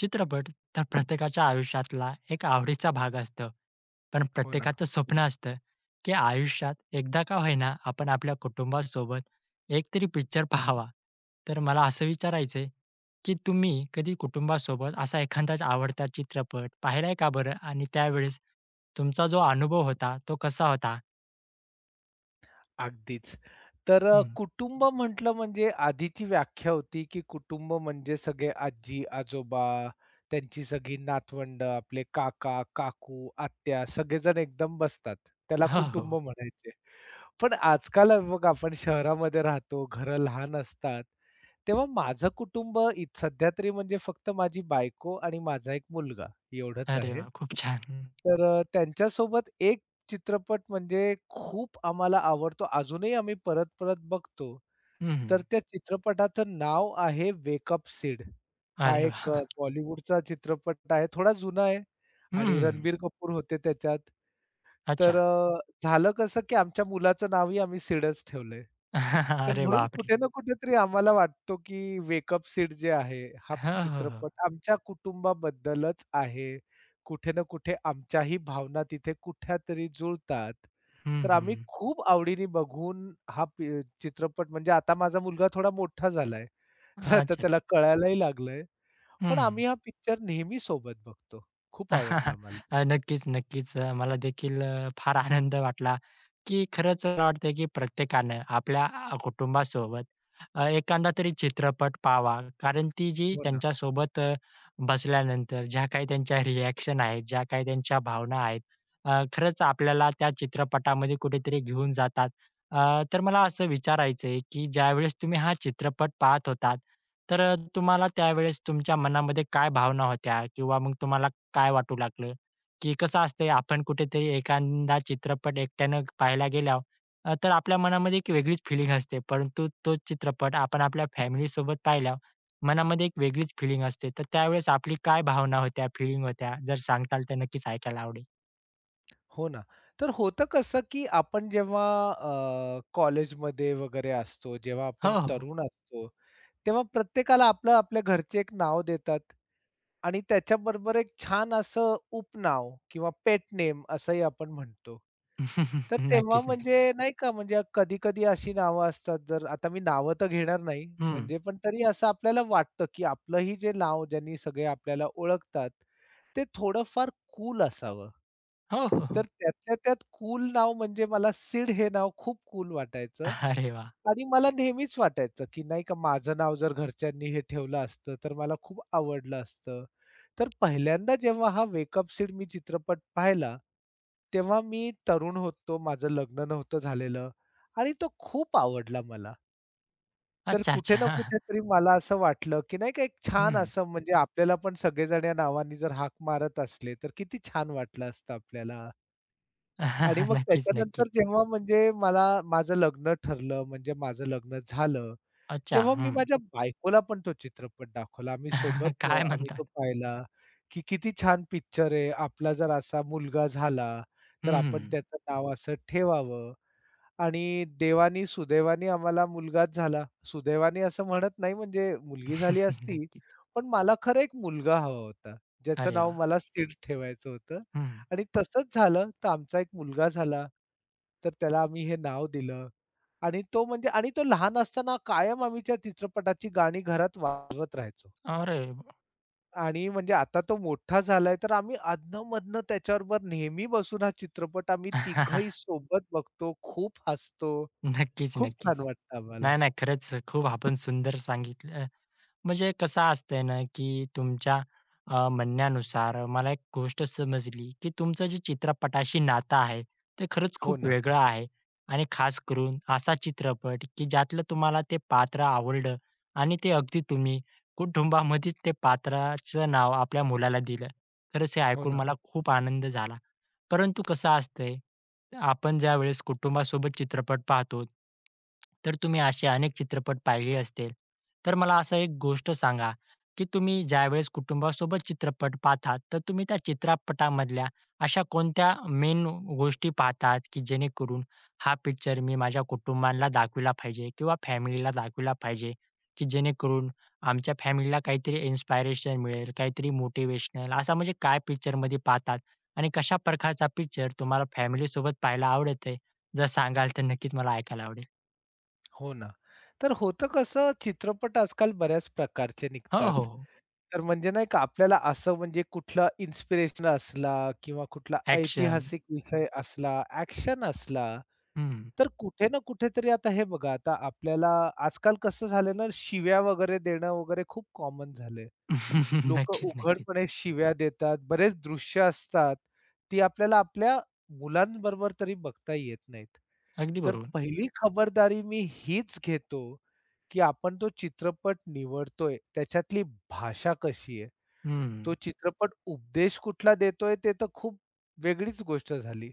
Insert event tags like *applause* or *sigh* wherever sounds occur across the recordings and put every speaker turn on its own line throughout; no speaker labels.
चित्रपट तर प्रत्येकाच्या आयुष्यातला एक आवडीचा भाग असतो. पण
हो ना.
प्रत्येकाचं स्वप्न असतं, की आयुष्यात एकदा का होईना आपण आपल्या कुटुंबासोबत एकतरी पिक्चर *laughs* पाहावा. तर मला असं विचारायचं आहे, की तुम्ही कधी कुटुंबासोबत असा एखादाच आवडता चित्रपट पाहिलाय का बरं? आणि त्यावेळेस तुमचा जो अनुभव होता तो कसा होता?
अगदीच. तर
हं.
कुटुंब म्हटलं म्हणजे आधीची व्याख्या होती, की कुटुंब म्हणजे सगळे आजी-आजोबा, त्यांची सगळी नातवंड, आपले काका, काकू, आत्या सगळेजण एकदम बसतात. त्याला
हो,
कुटुंब
हो.
म्हणायचे. पण आजकाल बघा आपण शहरामध्ये राहतो, घरं लहान असतात. तेव्हा माझं कुटुंब सध्या तरी म्हणजे फक्त माझी बायको आणि माझा एक मुलगा एवढंच
अरे
आहे.
वाह! खूप छान.
तर त्यांच्यासोबत एक चित्रपट म्हणजे खूप आम्हाला आवडतो. अजूनही आम्ही परत-परत बघतो.
हं,
तर
हं.
त्या चित्रपटाचं नाव आहे वेकअप सिड. हा
अरे
एक
वाह!
बॉलिवूडचा चित्रपट आहे. थोडा जुना आहे आणि
हं.
रणबीर कपूर होते त्याच्यात. तर
अच्छा.
झालं कसं, की आमच्या मुलाचं नावही आम्ही सीडच ठेवलंय.
*laughs*
तर
अरे
म्हणून
बापरे!
कुठे ना कुठेतरी आम्हाला वाटतो, की वेकअप सीड जे आहे, हा
हो, हो, हो.
चित्रपट आमच्या कुटुंबाबद्दलच आहे. कुठे ना कुठे आमच्याही भावना तिथे कुठेतरी जुळतात.
हं,
तर
हं.
आम्ही खूप आवडीने बघून हा चित्रपट म्हणजे आता माझा मुलगा थोडा मोठा झालाय. तर
अच्छा,
आता
अच्छा.
त्याला कळायलाही लागलंय. पण
हं.
आम्ही हा पिक्चर नेहमी सोबत बघतो. खूप आवडतं
*laughs*
आम्हाला.
नक्कीच, नक्कीच. मला देखील फार आनंद वाटला, की खरंच मला वाटतंय, की प्रत्येकानं आपल्या कुटुंबासोबत एखादा तरी चित्रपट पाहावा. कारण ती जी
हो ना,
त्यांच्यासोबत बसल्यानंतर ज्या काही त्यांच्या रिएक्शन आहेत, ज्या काही त्यांच्या भावना आहेत, खरंच आपल्याला त्या चित्रपटामध्ये कुठेतरी घेऊन जातात. तर मला असं विचारायचंय, की ज्यावेळेस तुम्ही हा चित्रपट पाहत होतात, तर तुम्हाला त्यावेळेस तुमच्या मनामध्ये काय भावना होत्या? किंवा मग तुम्हाला काय वाटू लागलं, की कसं असतंय आपण कुठेतरी एखादा चित्रपट एकट्यानं पाहायला गेल्यावर तर आपल्या मनामध्ये एक वेगळीच फिलिंग असते. परंतु तोच चित्रपट आपण आपल्या फॅमिलीसोबत पाहिल्यावर मनामध्ये एक वेगळीच फिलिंग असते. तर त्यावेळेस आपली काय भावना होत्या, फिलिंग होत्या? जर सांगताल तर नक्कीच ऐकायला आवडेल.
हो ना. तर होतं कसं, की आपण जेव्हा कॉलेजमध्ये वगैरे असतो, जेव्हा
हो,
आपण
हो.
तरुण असतो, तेव्हा प्रत्येकाला आपलं आपल्या घरचे एक नाव देतात. आणि त्याच्याबरोबर एक छान असं उपनाव किंवा पेट नेम असंही आपण म्हणतो. तर
*laughs*
तेव्हा
नक्कीच, नक्कीच.
म्हणजे नाही का म्हणजे कधी-कधी अशी नावं असतात जर आता मी नावं तर घेणार नाही
हं.
म्हणजे पण तरी असं आपल्याला वाटतं, की आपलंही जे नाव ज्यांनी सगळे आपल्याला ओळखतात, ते थोडंफार कूल असावं.
हो, हो, हो.
तर त्यातल्या त्यात कूल नाव म्हणजे मला सीड हे नाव खूप कूल वाटायचं
अरे वाह!
आणि मला नेहमीच वाटायचं, की नाही का माझं नाव जर घरच्यांनी हे ठेवलं असतं, तर मला खूप आवडलं असतं. तर पहिल्यांदा जेव्हा हा वेकअप सीड मी चित्रपट पाहिला, तेव्हा मी तरुण होतो, माझं लग्न नव्हतं झालेलं आणि तो खूप आवडला मला. तर
अच्छा,
कुठे ना
अच्छा.
कुठेतरी मला असं वाटलं, की नाही का एक छान
हं.
असं म्हणजे आपल्याला पण सगळेजण या नावाने जर हाक मारत असले, तर किती छान वाटलं असतं आपल्याला. आणि
*laughs*
मग
नक्कीच,
त्याच्यानंतर
नक्कीच.
जेव्हा म्हणजे मला माझं लग्न ठरलं, म्हणजे माझं लग्न झालं.
अच्छा.
तेव्हा मी
हं.
माझ्या बायकोला पण तो चित्रपट दाखवला. आम्ही
*laughs*
सोबत
काय
आम्ही
म्हणतात?
तो पाहिला, की किती छान पिक्चर आहे. आपला जर असा मुलगा झाला, तर आपण
हं,
त्याचं नाव असं ठेवावं आणि देवानी सुदैवाने आम्हाला मुलगाच झाला. सुदैवाने असं म्हणत नाही म्हणजे मुलगी झाली
*laughs*
असती,
नक्कीच.
पण मला खरं एक मुलगा हवा होता. ज्याचं
अरे
नाव
वाह!
मला सीड ठेवायचं होतं
हं.
आणि तसंच झालं. तर आमचा एक मुलगा झाला. तर त्याला आम्ही हे नाव दिलं. आणि तो म्हणजे आणि तो लहान असताना कायम आम्ही त्या चित्रपटाची गाणी घरात वाजवत राहायचो.
अरे!
आणि म्हणजे आता तो मोठा झालाय, तर आम्ही अधनं-मधनं त्याच्याबरोबर नेहमी बसून हा चित्रपट आम्ही तिघंही
*laughs*
सोबत बघतो. खूप हसतो.
नक्कीच,
खूप
नक्कीच.
छान वाटतं आम्हाला.
नाही, नाही. खरंच खूप आपण सुंदर सांगितलं म्हणजे कसं असतंय ना, की तुमच्या म्हणण्यानुसार मला एक गोष्ट समजली, की तुमचं जे चित्रपटाशी नातं आहे, ते खरंच
हो
खूप
ना,
वेगळं आहे आणि खास करून असा चित्रपट, की ज्यातलं तुम्हाला ते पात्र आवडलं आणि ते अगदी तुम्ही कुटुंबामध्येच ते पात्राचं नाव आपल्या मुलाला दिलं. खरंच हे
हो
ऐकून
ना,
मला खूप आनंद झाला. परंतु कसं असतंय, आपण ज्यावेळेस कुटुंबासोबत चित्रपट पाहतो, तर तुम्ही असे अनेक चित्रपट पाहिले असतील. तर मला असं एक गोष्ट सांगा, की तुम्ही ज्यावेळेस कुटुंबासोबत चित्रपट पाहतात, तर तुम्ही त्या चित्रपटामधल्या अशा कोणत्या मेन गोष्टी पाहतात, की जेणेकरून हा पिक्चर मी माझ्या कुटुंबाला दाखविला पाहिजे किंवा फॅमिलीला दाखविला पाहिजे, की जेणेकरून आमच्या फॅमिलीला काहीतरी इन्स्पिरेशन मिळेल, काहीतरी मोटिव्हेशनल असा म्हणजे काय पिक्चरमध्ये पाहतात आणि कशा प्रकारचा पिक्चर तुम्हाला फॅमिलीसोबत पाहायला आवडते? जर सांगाल तर नक्कीच मला ऐकायला आवडेल.
हो ना. तर होतं कसं चित्रपट आजकाल बऱ्याच प्रकारचे
हो, हो,
निघतात.
हो.
तर म्हणजे नाही का आपल्याला असं म्हणजे कुठला इन्स्पिरेशनल असला किंवा कुठला
ॲक्शन.
ऐतिहासिक विषय असला, ॲक्शन असला तर कुठे ना कुठेतरी आता हे बघा, आता आपल्याला आजकाल कसं झालंय ना, शिव्या वगैरे देणं वगैरे खूप कॉमन झालंय.
*laughs*
लोकं
नक्कीच, नक्कीच.
उघडपणे शिव्या देतात. बरेच दृश्य असतात, ती आपल्याला आपल्या मुलांबरोबर तरी बघता येत नाहीत.
अगदी
तर
बरोबर.
पहिली खबरदारी मी हीच घेतो, की आपण तो चित्रपट निवडतोय, त्याच्यातली भाषा कशी आहे? तो
हं.
चित्रपट उपदेश कुठला देतोय, ते तर खूप वेगळीच गोष्ट झाली.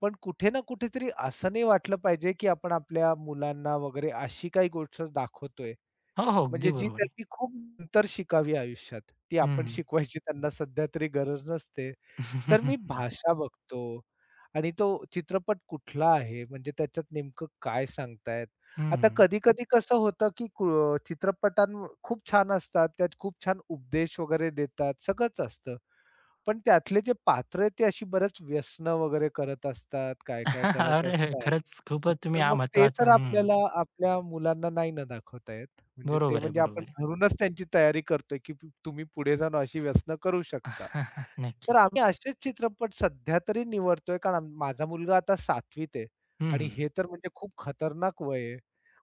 पण कुठे ना कुठेतरी असं नाही वाटलं पाहिजे, की आपण आपल्या मुलांना वगैरे अशी काही गोष्ट दाखवतोय,
हो, हो. अगदी
म्हणजे जी
बरोबर आहे.
त्यांनी खूप नंतर शिकावी आयुष्यात. ती आपण
हं.
शिकवायची त्यांना सध्या तरी गरज नसते. तर मी भाषा बघतो आणि तो चित्रपट कुठला आहे, म्हणजे त्याच्यात नेमकं काय सांगतायत. आता
हं. *laughs*
कधी-कधी कसं होतं, की चित्रपटां खूप छान असतात, त्यात खूप छान उपदेश वगैरे देतात, सगळंच असतं. पण त्यातले जे पात्र आहेत, ते अशी बरेच व्यसनं वगैरे करत असतात, काय-काय
*laughs*
करत
अरे,
असतात.
खरंच खूपच तुम्ही
तर
हा
मग ते
महत्वाचा
तर
हं.
आपल्याला आपल्या मुलांना नाही ना दाखवता येत. म्हणजे ते
बरोबर आहे,
म्हणजे
बरोबर
आपण
आहे.
घरूनच त्यांची तयारी करतोय, की तुम्ही पुढे जाऊन अशी व्यसनं करू शकता.
*laughs*
तर
नक्कीच.
आम्ही असेच चित्रपट सध्या तरी निवडतोय, कारण माझा मुलगा आता 7वीत आहे आणि
हं.
हे तर म्हणजे खूप खतरनाक वय आहे.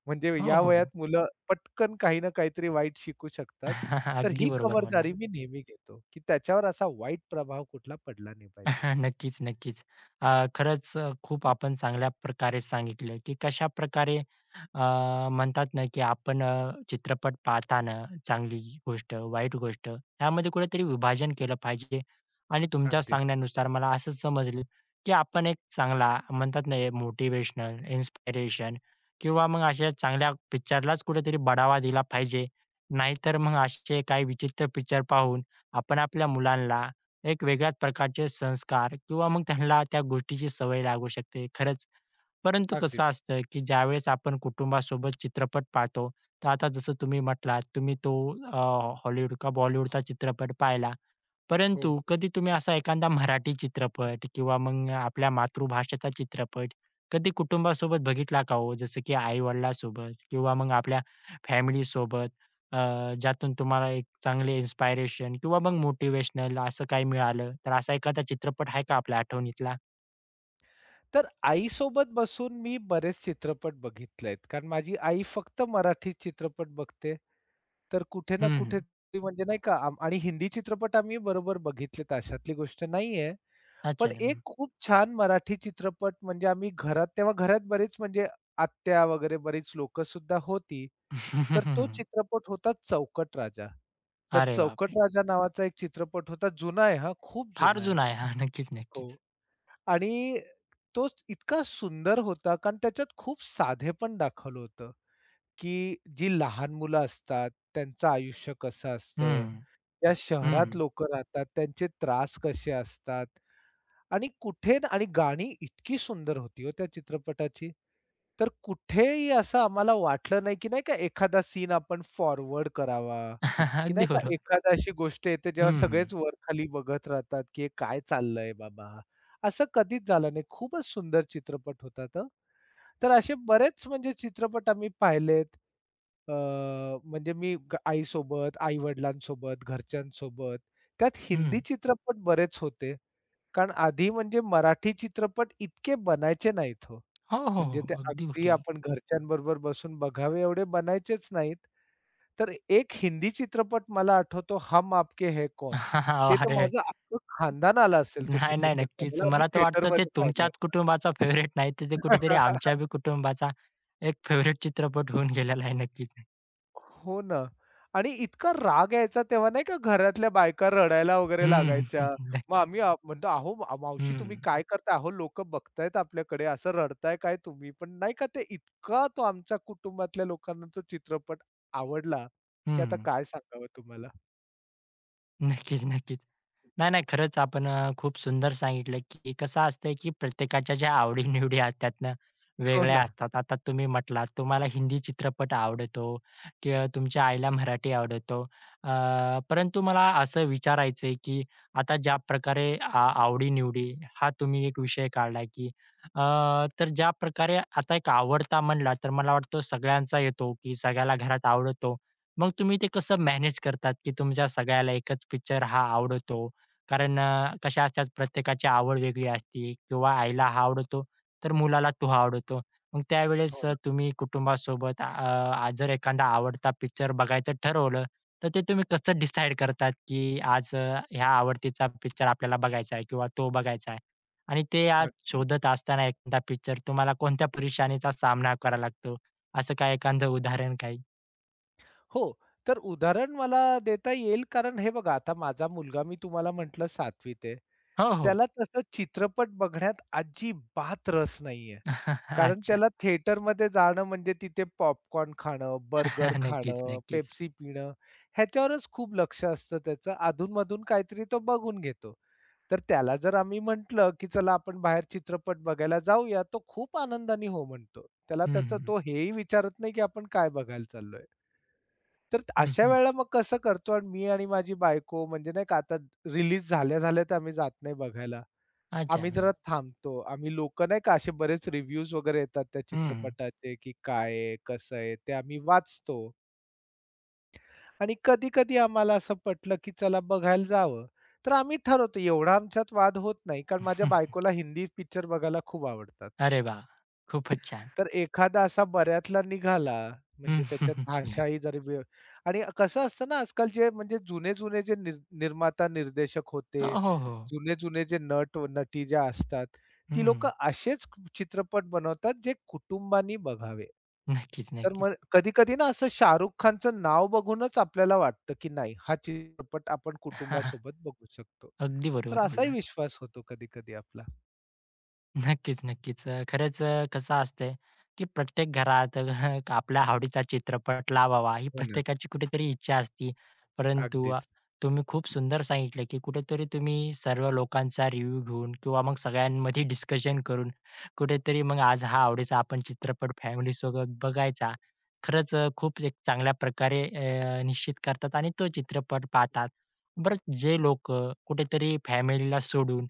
म्हणजे
हो,
या वयात
हो.
मुलं पटकन काही ना काहीतरी वाईट शिकू शकतात.
*laughs*
तर
अगदी
ही
बरोबर बोललात.
खबरदारी मी नेहमी घेतो, की त्याच्यावर असा वाईट प्रभाव कुठला पडला नाही पाहिजे.
*laughs* नक्कीच, नक्कीच. खरंच खूप आपण चांगल्या प्रकारे सांगितलं, की कशा प्रकारे म्हणतात ना, की आपण चित्रपट पाहताना चांगली गोष्ट, वाईट गोष्ट यामध्ये कुठेतरी विभाजन केलं पाहिजे. आणि तुमच्या
अगदीच,
सांगण्यानुसार मला असं समजलं, की आपण एक चांगला म्हणतात ना, मोटिव्हेशनल, इन्स्पिरेशन किंवा मग अशा चांगल्या पिक्चरलाच कुठेतरी बढावा दिला पाहिजे. नाहीतर मग असे काही विचित्र पिक्चर पाहून आपण आपल्या मुलांना एक वेगळ्याच प्रकारचे संस्कार किंवा मग त्यांना त्या गोष्टीची सवय लागू शकते. खरंच. परंतु कसं
अगदीच.
असतं, की ज्यावेळेस आपण कुटुंबासोबत चित्रपट पाहतो, तर आता जसं तुम्ही म्हटलात, तुम्ही तो अ, हॉलिवूड का बॉलिवूडचा चित्रपट पाहिला.
हो.
परंतु कधी तुम्ही असा एखादा मराठी चित्रपट किंवा मग आपल्या मातृभाषेचा चित्रपट कधी कुटुंबासोबत बघितला का हो? जसं की आई-वडिलांसोबत किंवा मग आपल्या फॅमिलीसोबत? ज्यातून तुम्हाला एक चांगले इन्स्पिरेशन किंवा मग मोटिव्हेशनल असं काही मिळालं, तर असा एखादा चित्रपट आहे का आपल्या आठवणीतला?
तर आईसोबत बसून मी बरेच चित्रपट बघितलेत. कारण माझी आई फक्त मराठी चित्रपट बघते. तर कुठे ना
हं,
कुठे
हं.
ती म्हणजे नाही का आणि हिंदी चित्रपट आम्ही बरोबर बघितलेत अशातली गोष्ट नाहीये.
अच्छा.
पण एक
हं.
खूप छान मराठी चित्रपट म्हणजे आम्ही घरात तेव्हा घरात बरेच म्हणजे आत्या वगैरे बरीच लोकं सुद्धा होती. तर तो
*laughs*
चित्रपट होता चौकट राजा. तर
अरे बापरे!
चौकट राजा नावाचा एक चित्रपट होता. जुना आहे हां, खूप
फार
जुना आहे.
जुना आहे. हां, नक्कीच, नक्कीच.
हो. आणि तो इतका सुंदर होता कारण त्याच्यात खूप साधेपण दाखवलं होतं, की जी लहान मुलं असतात, त्यांचं आयुष्य कसं असतं,
हं,
त्या
हं.
शहरात लोकं राहतात, त्यांचे त्रास कसे असतात आणि आणि गाणी इतकी सुंदर होती हो त्या चित्रपटाची. तर कुठेही असं आम्हाला वाटलं नाही, की नाही का एखादा सीन आपण फॉरवर्ड करावा,
*laughs*
की
अगदी
नाही का
बरोबर.
एखादा अशी गोष्ट येते जेव्हा
हं,
सगळेच वर-खाली बघत राहतात, की "हे काय चाललंय बाबा?" असं कधीच झालं नाही. खूपच सुंदर चित्रपट होता तो. तर असे बरेच म्हणजे चित्रपट आम्ही पाहिलेत. अ, म्हणजे मी आईसोबत, आई-वडिलांसोबत, घरच्यांसोबत. त्यात हिंदी
हं.
चित्रपट बरेच होते. कारण आधी म्हणजे मराठी चित्रपट इतके बनायचे नाहीत हो.
हो, हो, हो.
म्हणजे ते
हो. अगदी
अगदी
कुठेही.
आपण घरच्यांबरोबर बसून बघावे एवढे बनायचेच नाहीत. तर एक हिंदी चित्रपट मला आठवतो हम आपके है कौन? ते
*laughs*
तर
अरे!
माझं अख्खं खानदान आलं असेल तो
नाही, नाही.
चित्रपट
नक्कीच.
बघायला. आम्ही
मला तर वाटतं ते
थिएटरमध्ये पाहिला
तुमच्याच
होता.
कुटुंबाचा फेव्हरेट नाही, तर ते कुठेतरी
*laughs*
आमच्या बी कुटुंबाचा एक फेव्हरेट चित्रपट होऊन गेलेला आहे. नक्कीच.
हो ना. आणि इतका राग यायचा तेव्हा नाही का घरातल्या बायका रडायला वगैरे
हं.
लागायच्या.
*laughs* नक्की.
मग आम्ही म्हणतो, "अहो मावशी तुम्ही
हं.
काय करता अहो लोकं बघतायत आपल्याकडे, असं रडताय काय तुम्ही?" पण नाही का ते इतका तो आमच्या कुटुंबातल्या लोकांना तो चित्रपट आवडला, की आता
हं.
काय सांगावं तुम्हाला.
नक्कीच, नक्कीच. नाही, नाही. खरंच आपण खूप सुंदर सांगितलं, की कसं असतंय, की प्रत्येकाच्या ज्या आवडी-निवडी असतात ना,
हो
वेगळ्या
ना.
असतात. आता तुम्ही म्हटलात, तुम्हाला हिंदी चित्रपट आवडतो किंवा तुमच्या आईला मराठी आवडतो. अ, परंतु मला असं विचारायचं की आता ज्या प्रकारे आवडी हा तुम्ही एक विषय काढला, की अ, तर ज्या प्रकारे आता एक आवडता म्हणला, तर मला वाटतं सगळ्यांचा येतो, की सगळ्याला घरात आवडतो. मग तुम्ही ते कसं मॅनेज करतात, की तुमच्या सगळ्याला एकच पिक्चर हा आवडतो कारण कशा असतात प्रत्येकाची आवड वेगळी असते किंवा आईला हा आवडतो, तर मुलाला तो आवडतो. मग त्यावेळेस
हो ना.
तुम्ही कुटुंबासोबत जर एखादा आवडता पिक्चर बघायचं ठरवलं, तर ते तुम्ही कसं डिसाईड करतात, की आज ह्या आवडतीचा पिक्चर आपल्याला बघायचा आहे किंवा तो बघायचा आहे? आणि ते आज
अग
शोधत असताना एखादा पिक्चर तुम्हाला कोणत्या परेशानीचा सामना करावा लागतो? असं काय एखादं उदाहरण काही?
हो. तर उदाहरण मला देता येईल कारण हे बघा आता माझा मुलगा मी तुम्हाला म्हटलं 7वीत आहे.
हो, हो.
त्याला तसं चित्रपट बघण्यात अजिबात रस नाहीये.
*laughs*
कारण
अच्छा.
त्याला थिएटरमध्ये जाणं म्हणजे तिथे पॉपकॉर्न खाणं, बर्गर
*laughs* नक्कीच,
खाणं,
नक्कीच.
पेप्सी पिणं, ह्याच्यावरच खूप लक्ष असतं त्याचं. अधूनमधून काहीतरी तो बघून घेतो. तर त्याला जर आम्ही म्हटलं, की चला आपण बाहेर चित्रपट बघायला जाऊया, तो खूप आनंदाने हो म्हणतो. त्याला
हं,
त्याचा
हं.
तो हेही विचारत नाही, की आपण काय बघायला चाललोय. तर
हं,
अशा
हं.
वेळेला मग कसं करतो आणि मी आणि माझी बायको म्हणजे नाही का आता रिलीज झाल्या-झाल्या तर आम्ही जात नाही बघायला.
अच्छा.
आम्ही
हं.
जरा थांबतो. आम्ही लोकं नाही का असे बरेच रिव्ह्यूज वगैरे येतात त्या
हं.
चित्रपटाचे, की काय आहे, कसं आहे, ते आम्ही वाचतो आणि कधी-कधी आम्हाला असं पटलं, की चला बघायला जावं. तर आम्ही ठरवतो एवढा आमच्यात वाद होत नाही, कारण माझ्या
*laughs*
बायकोला हिंदी पिक्चर बघायला खूप आवडतात.
अरे वाह! खूपच छान.
तर एखादा असा बऱ्यातला निघाला,
हं,
म्हणजे त्याच्यात
*laughs* नक्की.
भाषाही जरी आणि कसं असतं ना आजकाल जे म्हणजे जुने-जुने जे निर्माता, निर्देशक
हो,
होते,
हो, हो.
जुने-जुने जे नट-नटी ज्या असतात, ती लोकं
हं.
असेच चित्रपट बनवतात जे कुटुंबानी बघावे.
नक्कीच,
तर
नक्कीच.
मग कधी-कधी ना असं शाहरुख खानचं नाव बघूनच आपल्याला वाटतं, की नाही हा चित्रपट आपण
*laughs*
कुटुंबासोबत बघू शकतो.
अगदी
तर
बरोबर
असाही
बोललात.
विश्वास होतो कधी-कधी आपला.
नक्कीच, नक्कीच. खरंच कसं असतंय, की प्रत्येक घरात *laughs* आपल्या आवडीचा चित्रपट लावावा ही
हो ना.
प्रत्येकाची कुठेतरी इच्छा असते. परंतु
अगदीच.
तुम्ही खूप सुंदर सांगितलं, की कुठेतरी तुम्ही सर्व लोकांचा रिव्ह्यू घेऊन किंवा मग सगळ्यांमध्ये डिस्कशन करून कुठेतरी मग आज हा आवडीचा आपण चित्रपट फॅमिलीसोबत बघायचा. खरंच खूप एक चांगल्या प्रकारे निश्चित करतात आणि तो चित्रपट पाहतात. बरं जे लोकं कुठेतरी फॅमिलीला सोडून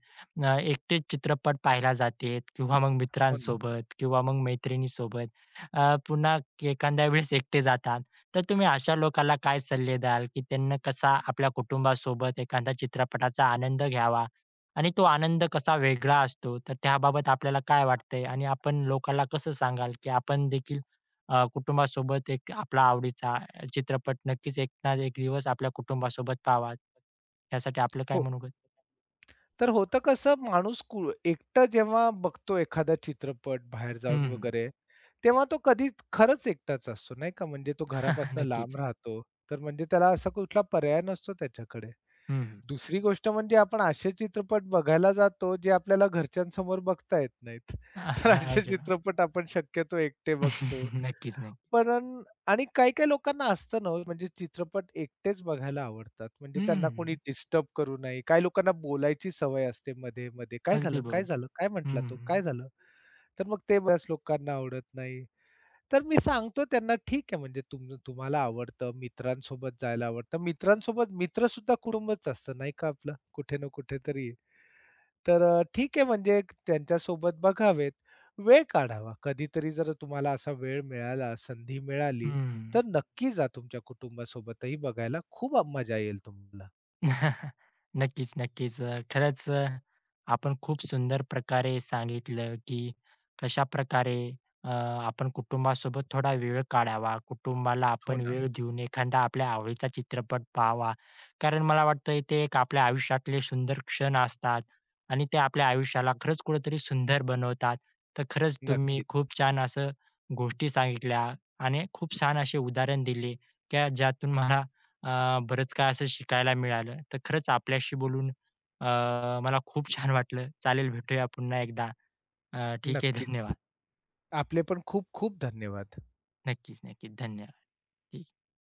एकटेच चित्रपट पाहायला जाते किंवा मग
हो ना.
मित्रांसोबत किंवा मग मैत्रिणीसोबत पुन्हा एखाद्या वेळेस एकटे जातात. तर तुम्ही अशा लोकांना काय सल्ले द्याल, की त्यांना कसा आपल्या कुटुंबासोबत एखादा चित्रपटाचा आनंद घ्यावा? आणि तो आनंद कसा वेगळा असतो? तर त्याबाबत आपल्याला काय वाटतंय? आणि आपण लोकांना कसं सांगाल, की आपण देखील कुटुंबासोबत एक आपला आवडीचा चित्रपट नक्कीच एक ना एक दिवस आपल्या कुटुंबासोबत पाहावा? यासाठी आपलं काय
हो.
मनोगत?
तर होतं कसं माणूस एकटं जेव्हा बघतो एखादा चित्रपट बाहेर जाऊन
हं,
वगैरे, तेव्हा तो कधी खरंच एकटाच असतो नाही का. म्हणजे तो
*laughs*
घरापासून लांब
नक्कीच.
राहतो. तर म्हणजे त्याला असा कुठला पर्याय नसतो त्याच्याकडे.
हं, हं.
दुसरी गोष्ट म्हणजे आपण असे चित्रपट बघायला जातो, जे आपल्याला घरच्यांसमोर बघता येत नाहीत. *laughs* तर असे
अरे वाह!
चित्रपट आपण शक्यतो एकटे बघतो.
*laughs* नक्कीच, नक्कीच.
पण आणि काही-काही लोकांना असतं ना हो, म्हणजे चित्रपट एकटेच बघायला आवडतात. म्हणजे त्यांना
हं,
कोणी डिस्टर्ब करू नये. काही लोकांना बोलायची सवय असते मध्ये-मध्ये. "काय
अगदी
झालं? काय
बरोबर.
झालं? काय
हं,
म्हटला तो?
हं.
काय झालं?" तर मग ते बऱ्याच लोकांना आवडत नाही. तर मी सांगतो त्यांना, "ठीक आहे, म्हणजे तुम्हाला आवडतं, मित्रांसोबत जायला आवडतं." मित्रांसोबत मित्र सुद्धा कुटुंबच असतं नाही का आपलं, कुठे ना कुठेतरी. तर ठीक आहे म्हणजे त्यांच्यासोबत बघावेत. वेळ काढावा. कधीतरी जर तुम्हाला असा वेळ मिळाला, संधी मिळाली, तर नक्की जा तुमच्या कुटुंबासोबतही बघायला. खूप मजा येईल तुम्हाला.
*laughs* नक्कीच, नक्कीच. खरंच आपण खूप सुंदर प्रकारे सांगितलं, की कशा प्रकारे अ, आपण कुटुंबासोबत थोडा वेळ काढावा. कुटुंबाला
हो
आपण
ना.
वेळ देऊन एखादा आपल्या आवडीचा चित्रपट पाहावा. कारण मला वाटतंय ते एक आपल्या आयुष्यातले सुंदर क्षण असतात आणि ते आपल्या आयुष्याला खरंच कुठेतरी सुंदर बनवतात. तर खरंच तुम्ही
नक्कीच.
खूप छान असं गोष्टी सांगितल्या आणि खूप छान असे उदाहरण दिले, की ज्यातून मला बरंच काय असं शिकायला मिळालं. तर खरंच आपल्याशी बोलून अ, मला खूप छान वाटलं. चालेल भेटूया पुन्हा एकदा. अ, ठीक आहे
नक्कीच.
धन्यवाद.
आपले पण खूप खूप धन्यवाद.
नक्कीच, नक्कीच. धन्यवाद. ठीक.